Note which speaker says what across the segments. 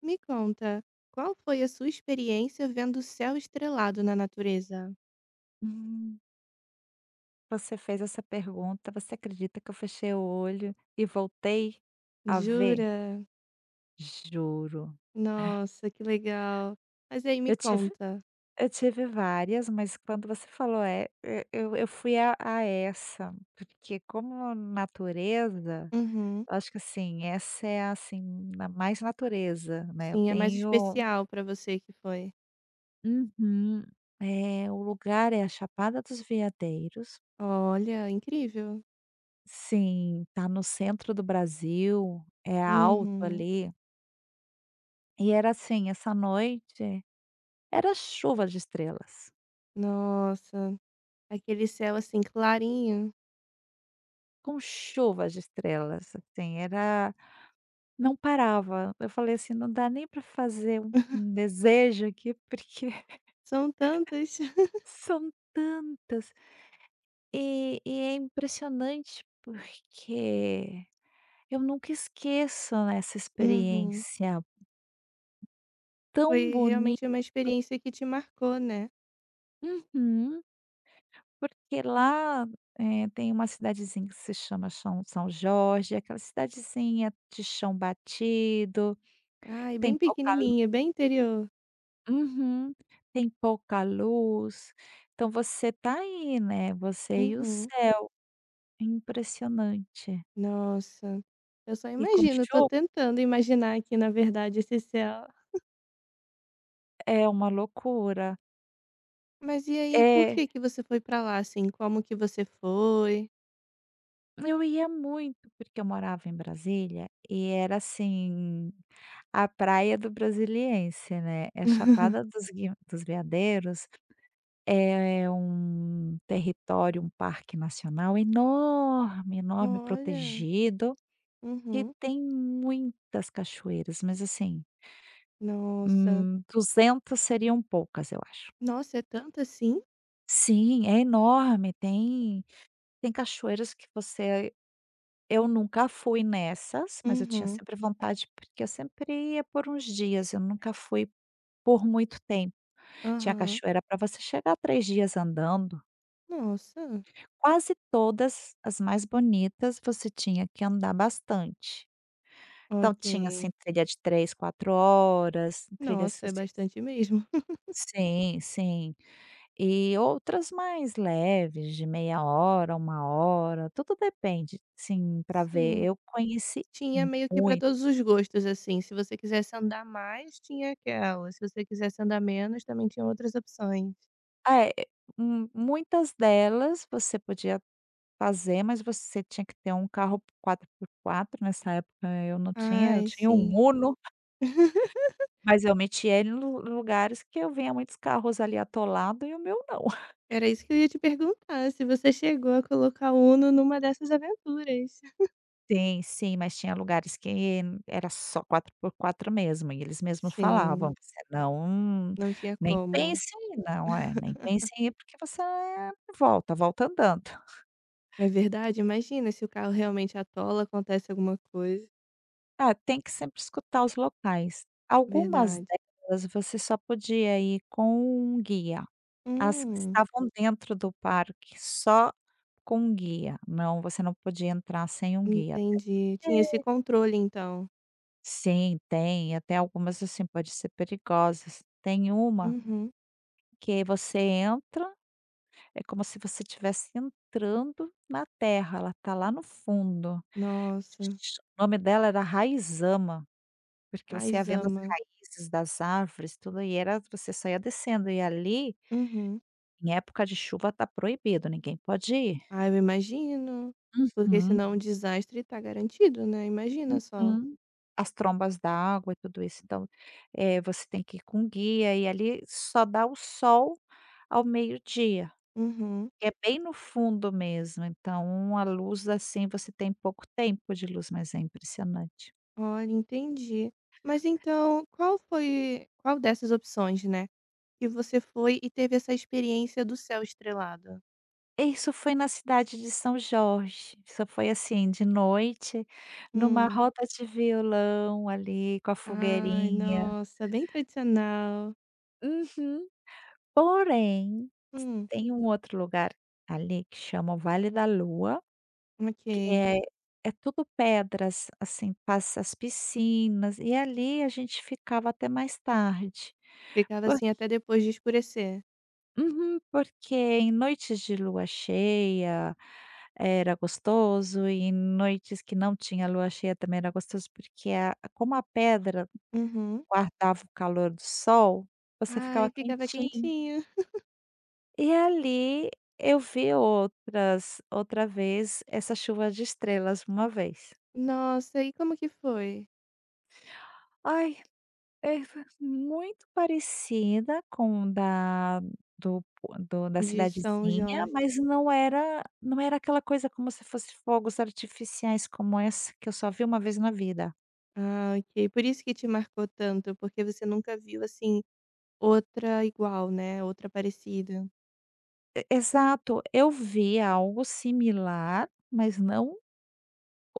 Speaker 1: Me conta, qual foi a sua experiência vendo o céu estrelado na natureza?
Speaker 2: Hum, Você fez essa pergunta, você acredita que eu fechei o olho e voltei a ver?
Speaker 1: Jura?
Speaker 2: Juro.
Speaker 1: Nossa, que legal. Mas aí me
Speaker 2: Eu tive
Speaker 1: conta.
Speaker 2: eu tive várias, mas quando você falou e eu fui a essa, porque como natureza,
Speaker 1: Uhum.
Speaker 2: eu acho que assim, essa é a, assim, na mais natureza, né, eu
Speaker 1: Sim, é mais
Speaker 2: tenho.
Speaker 1: especial pra você que foi.
Speaker 2: Uhum. O lugar é a Chapada dos Veadeiros.
Speaker 1: Olha, incrível.
Speaker 2: Sim, tá no centro do Brasil, é alto
Speaker 1: Uhum.
Speaker 2: ali. E era assim, essa noite era chuva de estrelas,
Speaker 1: Nossa, aquele céu assim clarinho.
Speaker 2: com chuva de estrelas, assim, era não parava. Eu falei assim: "Não dá nem para fazer um desejo aqui, porque
Speaker 1: São tantas.
Speaker 2: são tantas". E é impressionante, porque eu nunca esqueço, né, essa
Speaker 1: Uhum.
Speaker 2: experiência tão
Speaker 1: Foi
Speaker 2: bonita.
Speaker 1: realmente uma experiência que te marcou, né?
Speaker 2: Porque lá, tem uma cidadezinha que se chama São Jorge, aquela cidadezinha de chão batido,
Speaker 1: Ai,
Speaker 2: tem
Speaker 1: bem
Speaker 2: pouca lu
Speaker 1: pequenininha, bem interior.
Speaker 2: uhum, tem pouca luz, então você tá aí, né, você e o
Speaker 1: Uhum.
Speaker 2: céu, é impressionante.
Speaker 1: Nossa, eu só
Speaker 2: E com
Speaker 1: imagino, tô
Speaker 2: chuva
Speaker 1: tentando imaginar aqui na verdade esse céu.
Speaker 2: é uma loucura.
Speaker 1: Mas e aí, por
Speaker 2: É,
Speaker 1: que que você foi pra lá, assim, como que você foi?
Speaker 2: eu ia muito, porque eu morava em Brasília e era assim, a praia do brasiliense, né, é a Chapada dos Gui dos Veadeiros. É um território, um parque nacional enorme, enorme,
Speaker 1: Olha,
Speaker 2: protegido, que
Speaker 1: uhum,
Speaker 2: tem muitas cachoeiras, mas assim,
Speaker 1: nossa.
Speaker 2: 200 seriam poucas, eu acho.
Speaker 1: Nossa, é tanto assim?
Speaker 2: Sim, é enorme, tem. Tem cachoeiras que você Eu nunca fui nessas, mas eu tinha
Speaker 1: Uhum,
Speaker 2: sempre vontade, porque eu sempre ia por uns dias, eu nunca fui por muito tempo. Tinha
Speaker 1: aham.
Speaker 2: cachoeira para você chegar 3 dias andando.
Speaker 1: Nossa,
Speaker 2: Quase todas as mais bonitas você tinha que andar bastante. Então tinha, assim,
Speaker 1: ok.
Speaker 2: trilha de 3 4 horas, trilhas
Speaker 1: Nossa,
Speaker 2: que
Speaker 1: é
Speaker 2: você
Speaker 1: bastante mesmo.
Speaker 2: sim, sim. E outras mais leves de meia hora, uma hora, tudo depende, sim, para ver.
Speaker 1: Sim,
Speaker 2: Eu conheci
Speaker 1: tinha meio que pra
Speaker 2: muito,
Speaker 1: todos os gostos, assim, se você quisesse andar mais, tinha aquela, se você quisesse andar menos, também tinha outras opções.
Speaker 2: é, mu muitas delas você podia fazer, mas você tinha que ter um carro quatro por quatro. Nessa época eu não tinha, eu
Speaker 1: Ai,
Speaker 2: tinha um
Speaker 1: sim.
Speaker 2: Uno. Mas eu meti ele em lu lugares que eu via muitos carros ali atolado e o meu não.
Speaker 1: Era isso que eu ia te perguntar, se você chegou a colocar Uno numa dessas aventuras.
Speaker 2: Tem, sim, mas tinha lugares que era só quatro por quatro mesmo e eles mesmos falavam:
Speaker 1: Sim,
Speaker 2: "Você não,
Speaker 1: não tinha
Speaker 2: nem
Speaker 1: como.
Speaker 2: pense em ir, não é, nem pense em ir porque você volta, volta andando".
Speaker 1: É verdade, imagina se o carro realmente atola, acontece alguma coisa.
Speaker 2: Ah, tem que sempre escutar os locais. Algumas
Speaker 1: Verdade.
Speaker 2: delas você só podia ir com um guia, as que
Speaker 1: Hum,
Speaker 2: estavam dentro do parque só com um guia, não, você não podia entrar sem um guia.
Speaker 1: entendi. Tinha esse controle então.
Speaker 2: Sim, tem. Até algumas, assim, pode ser perigosas. Tem uma
Speaker 1: Uhum.
Speaker 2: que você entra, é como se você estivesse entrando na terra, ela tá lá no fundo.
Speaker 1: Nossa,
Speaker 2: O nome dela era Raizama, porque você ia vendo as
Speaker 1: Raizama.
Speaker 2: raízes das árvores, tudo, e era você só ia descendo. E ali,
Speaker 1: Uhum.
Speaker 2: em época de chuva, tá proibido, ninguém pode ir.
Speaker 1: Ah, eu imagino, porque
Speaker 2: Uhum.
Speaker 1: senão o desastre tá garantido, né, imagina só.
Speaker 2: Uhum. As trombas d'água e tudo isso, então, você tem que ir com guia e ali só dá o sol ao meio-dia,
Speaker 1: Uhum.
Speaker 2: que é bem no fundo mesmo, então a luz, assim, você tem pouco tempo de luz, mas é impressionante.
Speaker 1: Olha, entendi. Mas então, qual foi qual dessas opções, né, que você foi e teve essa experiência do céu estrelado?
Speaker 2: Isso foi na cidade de São Jorge, isso foi, assim, de noite, numa
Speaker 1: Hum.
Speaker 2: roda de violão ali com a
Speaker 1: Ai,
Speaker 2: fogueirinha.
Speaker 1: nossa, bem tradicional.
Speaker 2: Uhum. Porém,
Speaker 1: Hum,
Speaker 2: tem um outro lugar ali que chama o Vale da Lua. Que
Speaker 1: ok.
Speaker 2: é tudo pedras, assim, passa as piscinas, e ali a gente ficava até mais tarde.
Speaker 1: Ficava
Speaker 2: Por
Speaker 1: assim até depois de escurecer?
Speaker 2: Uhum, porque em noites de lua cheia era gostoso, e em noites que não tinha lua cheia também era gostoso, porque a como a pedra
Speaker 1: Uhum.
Speaker 2: guardava o calor do sol, você ficava
Speaker 1: Ai, ficava
Speaker 2: quentinho.
Speaker 1: quentinho.
Speaker 2: E ali eu vi outra vez essa chuva de estrelas uma vez.
Speaker 1: Nossa, e como que foi?
Speaker 2: Ai, é muito parecida com da do do da
Speaker 1: De São
Speaker 2: cidadezinha,
Speaker 1: Jorge.
Speaker 2: mas não era aquela coisa como se fosse fogos artificiais, como essa que eu só vi uma vez na vida.
Speaker 1: Ah, ok. Por isso que te marcou tanto, porque você nunca viu, assim, outra igual, né, outra parecida.
Speaker 2: E exato, eu vi algo similar, mas não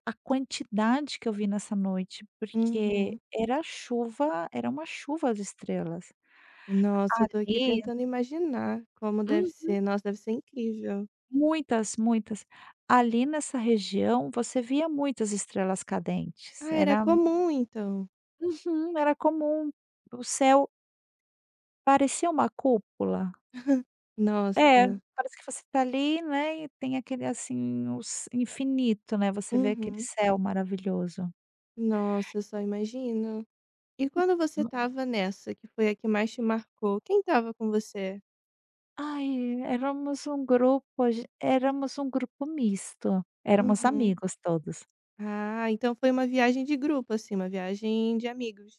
Speaker 2: a quantidade que eu vi nessa noite, porque
Speaker 1: Uhum.
Speaker 2: era chuva, era uma chuva de estrelas.
Speaker 1: Nossa, eu tô aqui
Speaker 2: Ali
Speaker 1: tentando imaginar como deve ser. Nossa, deve ser incrível.
Speaker 2: Muitas, muitas. Ali nessa região você via muitas estrelas cadentes.
Speaker 1: Ah, era
Speaker 2: Era
Speaker 1: comum então?
Speaker 2: Uhum, era comum, o céu parecia uma cúpula. É,
Speaker 1: Nossa.
Speaker 2: parece que você está ali, né, e tem aquele, assim, os infinito, né, você vê aquele
Speaker 1: Uhum.
Speaker 2: céu maravilhoso.
Speaker 1: Nossa, eu só imagino. E quando você tava nessa, que foi a que mais te marcou, quem tava com você?
Speaker 2: Ai, éramos um grupo misto, éramos
Speaker 1: Uhum.
Speaker 2: amigos todos.
Speaker 1: Ah, então foi uma viagem de grupo, assim, uma viagem de amigos.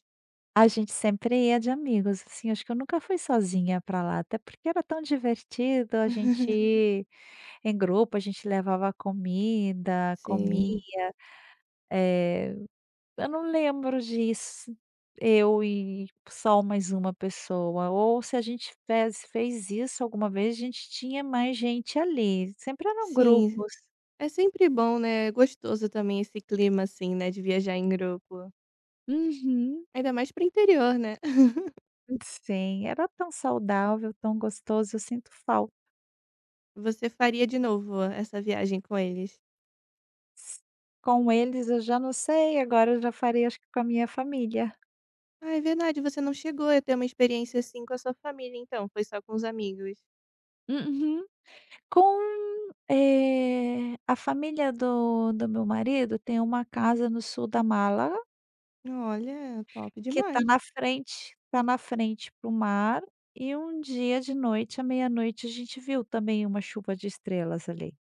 Speaker 2: A gente sempre ia de amigos, assim, acho que eu nunca fui sozinha pra lá, até porque era tão divertido, a gente ir em grupo, a gente levava comida,
Speaker 1: Sim.
Speaker 2: comia. Eu não lembro de eu e só mais uma pessoa, ou se a gente fez isso alguma vez, a gente tinha mais gente ali, sempre eram
Speaker 1: Sim.
Speaker 2: grupos.
Speaker 1: É sempre bom, né? É gostoso também esse clima, assim, né? De viajar em grupo.
Speaker 2: Uhum.
Speaker 1: Ainda mais pro interior, né?
Speaker 2: Sim, era tão saudável, tão gostoso, eu sinto falta.
Speaker 1: Você faria de novo essa viagem com eles?
Speaker 2: Com eles eu já não sei, agora eu já faria acho que com a minha família.
Speaker 1: "Ah, é verdade, você não chegou a ter uma experiência assim com a sua família então, foi só com os amigos".
Speaker 2: Uhum. Com, a família do meu marido tem uma casa no sul da Málaga,
Speaker 1: Olha, top
Speaker 2: que
Speaker 1: demais.
Speaker 2: tá na frente pro mar, e um dia de noite, à meia-noite, a gente viu também uma chuva de estrelas ali.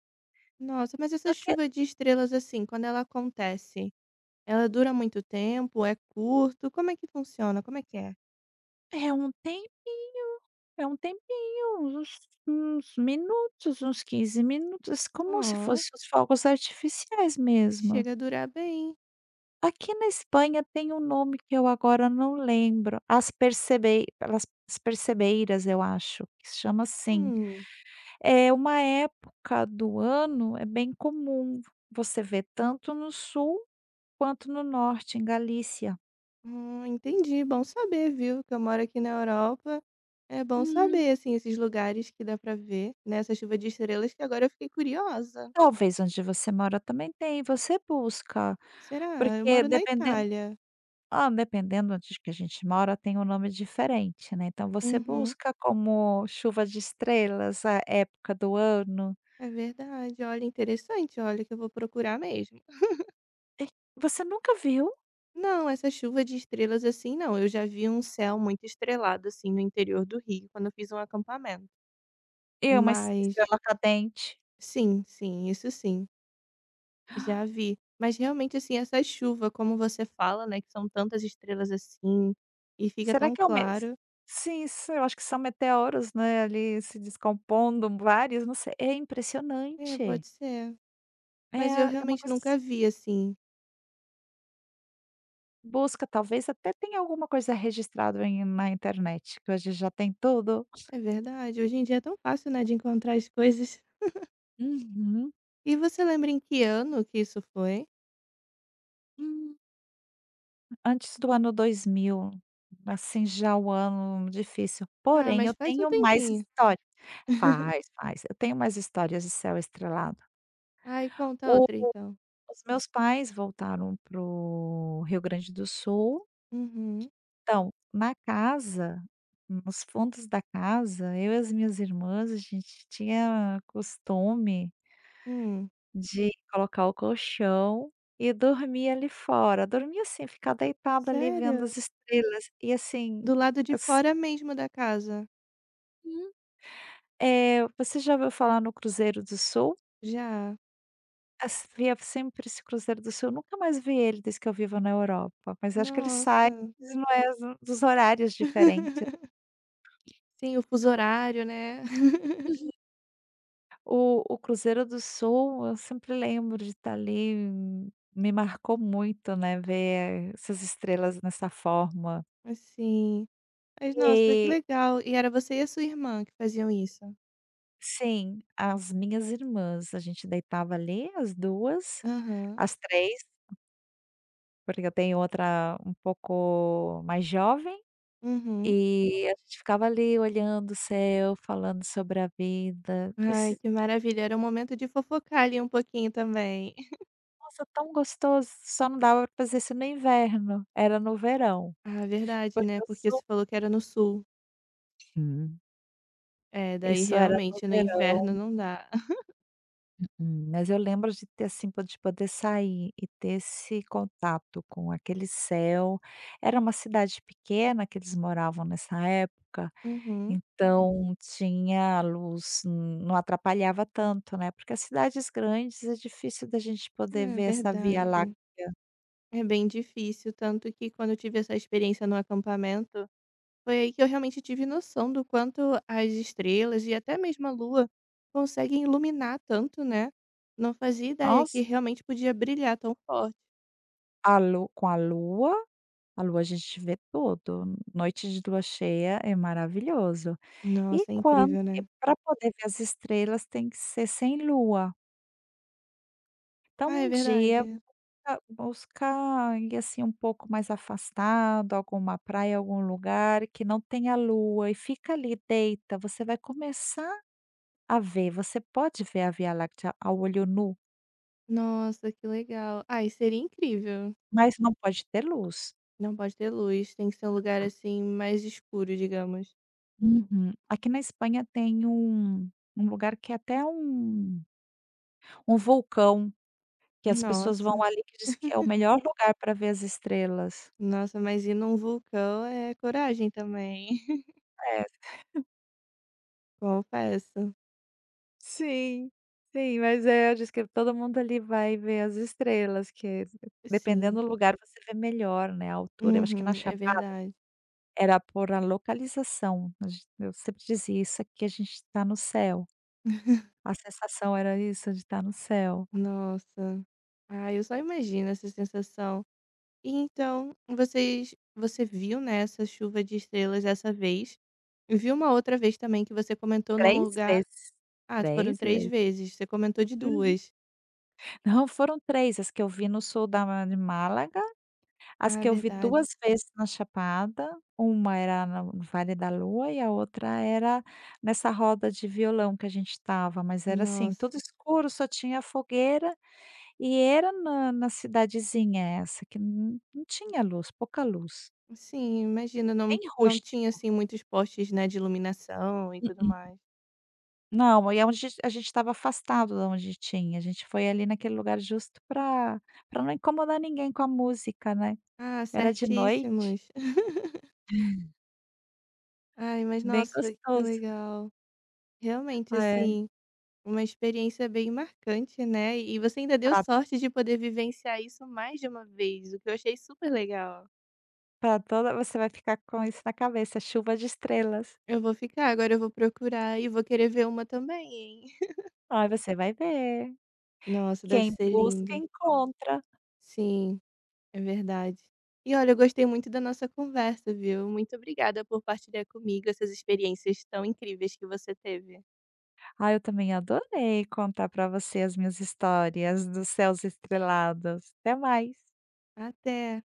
Speaker 1: Nossa, mas essa
Speaker 2: Só que
Speaker 1: chuva de estrelas, assim, quando ela acontece, ela dura muito tempo, é curto, como é que funciona? Como é que é?
Speaker 2: é um tempinho, é um tempinho, uns minutos, uns 15 minutos, como se
Speaker 1: Ó,
Speaker 2: fossem os fogos artificiais mesmo.
Speaker 1: chega a durar bem.
Speaker 2: Aqui na Espanha tem um nome que eu agora não lembro, as percebeiras, eu acho que se chama assim.
Speaker 1: Hum,
Speaker 2: É uma época do ano, é bem comum você ver tanto no sul quanto no norte, em Galícia.
Speaker 1: entendi, bom saber, viu, que eu moro aqui na Europa, é bom
Speaker 2: Hum.
Speaker 1: saber, assim, esses lugares que dá pra ver, né, essa chuva de estrelas que agora eu fiquei curiosa.
Speaker 2: Talvez onde você mora também tem, você busca,
Speaker 1: Será? Ah, eu
Speaker 2: porque
Speaker 1: moro na
Speaker 2: dependendo
Speaker 1: Itália.
Speaker 2: ah, dependendo onde que a gente mora tem um nome diferente, né, então você
Speaker 1: Uhum,
Speaker 2: busca como chuva de estrelas, a época do ano.
Speaker 1: é verdade. Olha, interessante. Olha, que eu vou procurar mesmo.
Speaker 2: É, você nunca viu?
Speaker 1: Não, essa chuva de estrelas assim não. Eu já vi um céu muito estrelado assim no interior do Rio quando eu fiz um acampamento.
Speaker 2: Eu, mas
Speaker 1: Mas
Speaker 2: estrela cadente.
Speaker 1: sim, sim, isso sim, já vi. Mas realmente assim, essa chuva, como você fala, né, que são tantas estrelas assim e fica
Speaker 2: Será
Speaker 1: tão
Speaker 2: que é o mesmo?
Speaker 1: claro.
Speaker 2: Sim, s eu acho que são meteoros, né, ali se descompondo, vários, não sei. É
Speaker 1: É,
Speaker 2: impressionante.
Speaker 1: pode ser.
Speaker 2: É
Speaker 1: Mas eu
Speaker 2: é uma
Speaker 1: realmente
Speaker 2: coisa que se
Speaker 1: nunca vi assim.
Speaker 2: busca, talvez até tenha alguma coisa registrado na internet, que hoje já tem tudo.
Speaker 1: É verdade. Hoje em dia é tão fácil, né, de encontrar as coisas.
Speaker 2: Uhum.
Speaker 1: E você lembra em que ano que isso foi?
Speaker 2: Hum, antes do ano 2000, assim, já o ano difícil.
Speaker 1: Ah,
Speaker 2: Porém,
Speaker 1: mas
Speaker 2: eu
Speaker 1: faz um
Speaker 2: tenho mais
Speaker 1: tempinho.
Speaker 2: histórias. Faz, faz. Eu tenho mais histórias de céu estrelado.
Speaker 1: Ai, conta outra então.
Speaker 2: Os meus pais voltaram para o Rio Grande do Sul.
Speaker 1: Uhum.
Speaker 2: Então, na casa, nos fundos da casa, eu e as minhas irmãs, a gente tinha costume
Speaker 1: Hum.
Speaker 2: de colocar o colchão e dormir ali fora. Dormir assim, ficar deitada ali vendo
Speaker 1: Sério?
Speaker 2: as estrelas. E assim,
Speaker 1: Do lado de
Speaker 2: assim,
Speaker 1: fora mesmo da casa?
Speaker 2: você já ouviu falar no Cruzeiro do Sul?
Speaker 1: Já.
Speaker 2: Assistia sempre esse Cruzeiro do Sul, eu nunca mais vi ele desde que eu vivo na Europa, mas acho que ele sai
Speaker 1: Nossa.
Speaker 2: não é dos horários diferentes.
Speaker 1: Sim, o fuso horário, né.
Speaker 2: Uhum. O Cruzeiro do Sul, eu sempre lembro de estar ali, me marcou muito, né, ver essas estrelas nessa forma.
Speaker 1: Assim. Mas nossa, que
Speaker 2: E
Speaker 1: legal. E era você e a sua irmã que faziam isso?
Speaker 2: sim, as minhas irmãs, a gente deitava ali as duas,
Speaker 1: Aham.
Speaker 2: as três, porque eu tenho outra um pouco mais jovem.
Speaker 1: Uhum.
Speaker 2: E a gente ficava ali olhando o céu, falando sobre a vida.
Speaker 1: Ai,
Speaker 2: Esse
Speaker 1: que maravilha. Era um momento de fofocar ali um pouquinho também.
Speaker 2: Nossa, tão gostoso, só não dava para fazer isso no inverno, era no verão,
Speaker 1: Ah, verdade,
Speaker 2: porque
Speaker 1: né,
Speaker 2: eu
Speaker 1: porque
Speaker 2: sou.
Speaker 1: você falou que era no sul.
Speaker 2: Hum.
Speaker 1: É, daí
Speaker 2: Isso era no
Speaker 1: realmente no inverno
Speaker 2: verão.
Speaker 1: não dá.
Speaker 2: Mas eu lembro de ter, assim, po de poder sair e ter esse contato com aquele céu. Era uma cidade pequena que eles moravam nessa época.
Speaker 1: Uhum.
Speaker 2: Então tinha luz, não atrapalhava tanto, né, porque as cidades grandes é difícil da gente poder
Speaker 1: É
Speaker 2: ver essa Via Láctea.
Speaker 1: verdade. É bem difícil, tanto que quando eu tive essa experiência no acampamento, foi aí que eu realmente tive noção do quanto as estrelas e até mesmo a lua conseguem iluminar tanto, né? Não fazia ideia que
Speaker 2: Nossa,
Speaker 1: realmente podia brilhar tão forte.
Speaker 2: a lu com a lua, a gente vê tudo, noite de lua cheia é maravilhoso. E
Speaker 1: Nossa, é
Speaker 2: quando
Speaker 1: incrível, né?
Speaker 2: Para poder ver as estrelas tem que ser sem lua. Então
Speaker 1: Ah, é
Speaker 2: um dia
Speaker 1: verdade.
Speaker 2: buscar ir, assim, um pouco mais afastado, alguma praia, algum lugar que não tenha lua e fica ali, deita, você vai você pode ver a Via Láctea ao olho nu,
Speaker 1: Nossa, que legal. Ai, seria incrível.
Speaker 2: mas não pode ter luz.
Speaker 1: Não pode ter luz, tem que ser um lugar assim mais escuro, digamos.
Speaker 2: Uhum. Aqui na Espanha tem um lugar que é até um vulcão, que as pessoas
Speaker 1: Nossa.
Speaker 2: vão ali, que diz que é o melhor lugar para ver as estrelas.
Speaker 1: Nossa, mas ir num vulcão é coragem também,
Speaker 2: É,
Speaker 1: confesso.
Speaker 2: sim, sim, mas é, diz que todo mundo ali vai ver as estrelas, que
Speaker 1: Sim.
Speaker 2: dependendo do lugar você vê melhor, né, a altura. Eu acho que
Speaker 1: Uhum,
Speaker 2: na
Speaker 1: é
Speaker 2: Chapada
Speaker 1: verdade.
Speaker 2: era por a localização, a gen eu sempre dizia: "Isso aqui a gente está no céu". A sensação era isso, de estar no céu.
Speaker 1: Nossa. Ah, eu só imagino essa sensação. E então, vocês você viu, né, essa chuva de estrelas dessa vez. E viu uma outra vez também que você comentou num
Speaker 2: Três
Speaker 1: lugar
Speaker 2: vezes.
Speaker 1: ah, foram
Speaker 2: Três
Speaker 1: 3
Speaker 2: vezes.
Speaker 1: vezes, você comentou de
Speaker 2: Uhum.
Speaker 1: 2.
Speaker 2: Não, foram 3 as que eu vi no sul da de Málaga, as
Speaker 1: Ah,
Speaker 2: que eu vi
Speaker 1: verdade.
Speaker 2: 2 vezes na Chapada, uma era no Vale da Lua e a outra era nessa roda de violão que a gente estava, mas era assim,
Speaker 1: Nossa.
Speaker 2: tudo escuro, só tinha fogueira e era na cidadezinha essa que não tinha luz, pouca luz,
Speaker 1: Sim, imagino, não
Speaker 2: bem
Speaker 1: não tinha,
Speaker 2: rústico.
Speaker 1: assim, muitos postes, né, de iluminação e tudo mais.
Speaker 2: Não, e é onde a gente estava afastado da onde tinha, a gente foi ali naquele lugar justo para não incomodar ninguém com a música, né.
Speaker 1: Ah,
Speaker 2: Era de noite,
Speaker 1: certíssimos. Ai, mas
Speaker 2: bem
Speaker 1: nossa, que
Speaker 2: gostoso.
Speaker 1: legal. Realmente,
Speaker 2: É,
Speaker 1: assim, uma experiência bem marcante, né? E você ainda deu
Speaker 2: pra
Speaker 1: sorte de poder vivenciar isso mais de uma vez, o que eu achei super legal.
Speaker 2: pra toda você vai ficar com isso na cabeça, chuva de estrelas.
Speaker 1: Eu vou ficar, agora eu vou procurar e vou querer ver uma também, hein?
Speaker 2: Aí você vai ver,
Speaker 1: Nossa, deve
Speaker 2: quem
Speaker 1: ser
Speaker 2: busca
Speaker 1: lindo.
Speaker 2: encontra.
Speaker 1: Sim, é verdade. E olha, eu gostei muito da nossa conversa, viu? Muito obrigada por partilhar comigo essas experiências tão incríveis que você teve.
Speaker 2: Ah, eu também adorei contar para você as minhas histórias dos céus estrelados. Até mais.
Speaker 1: Até!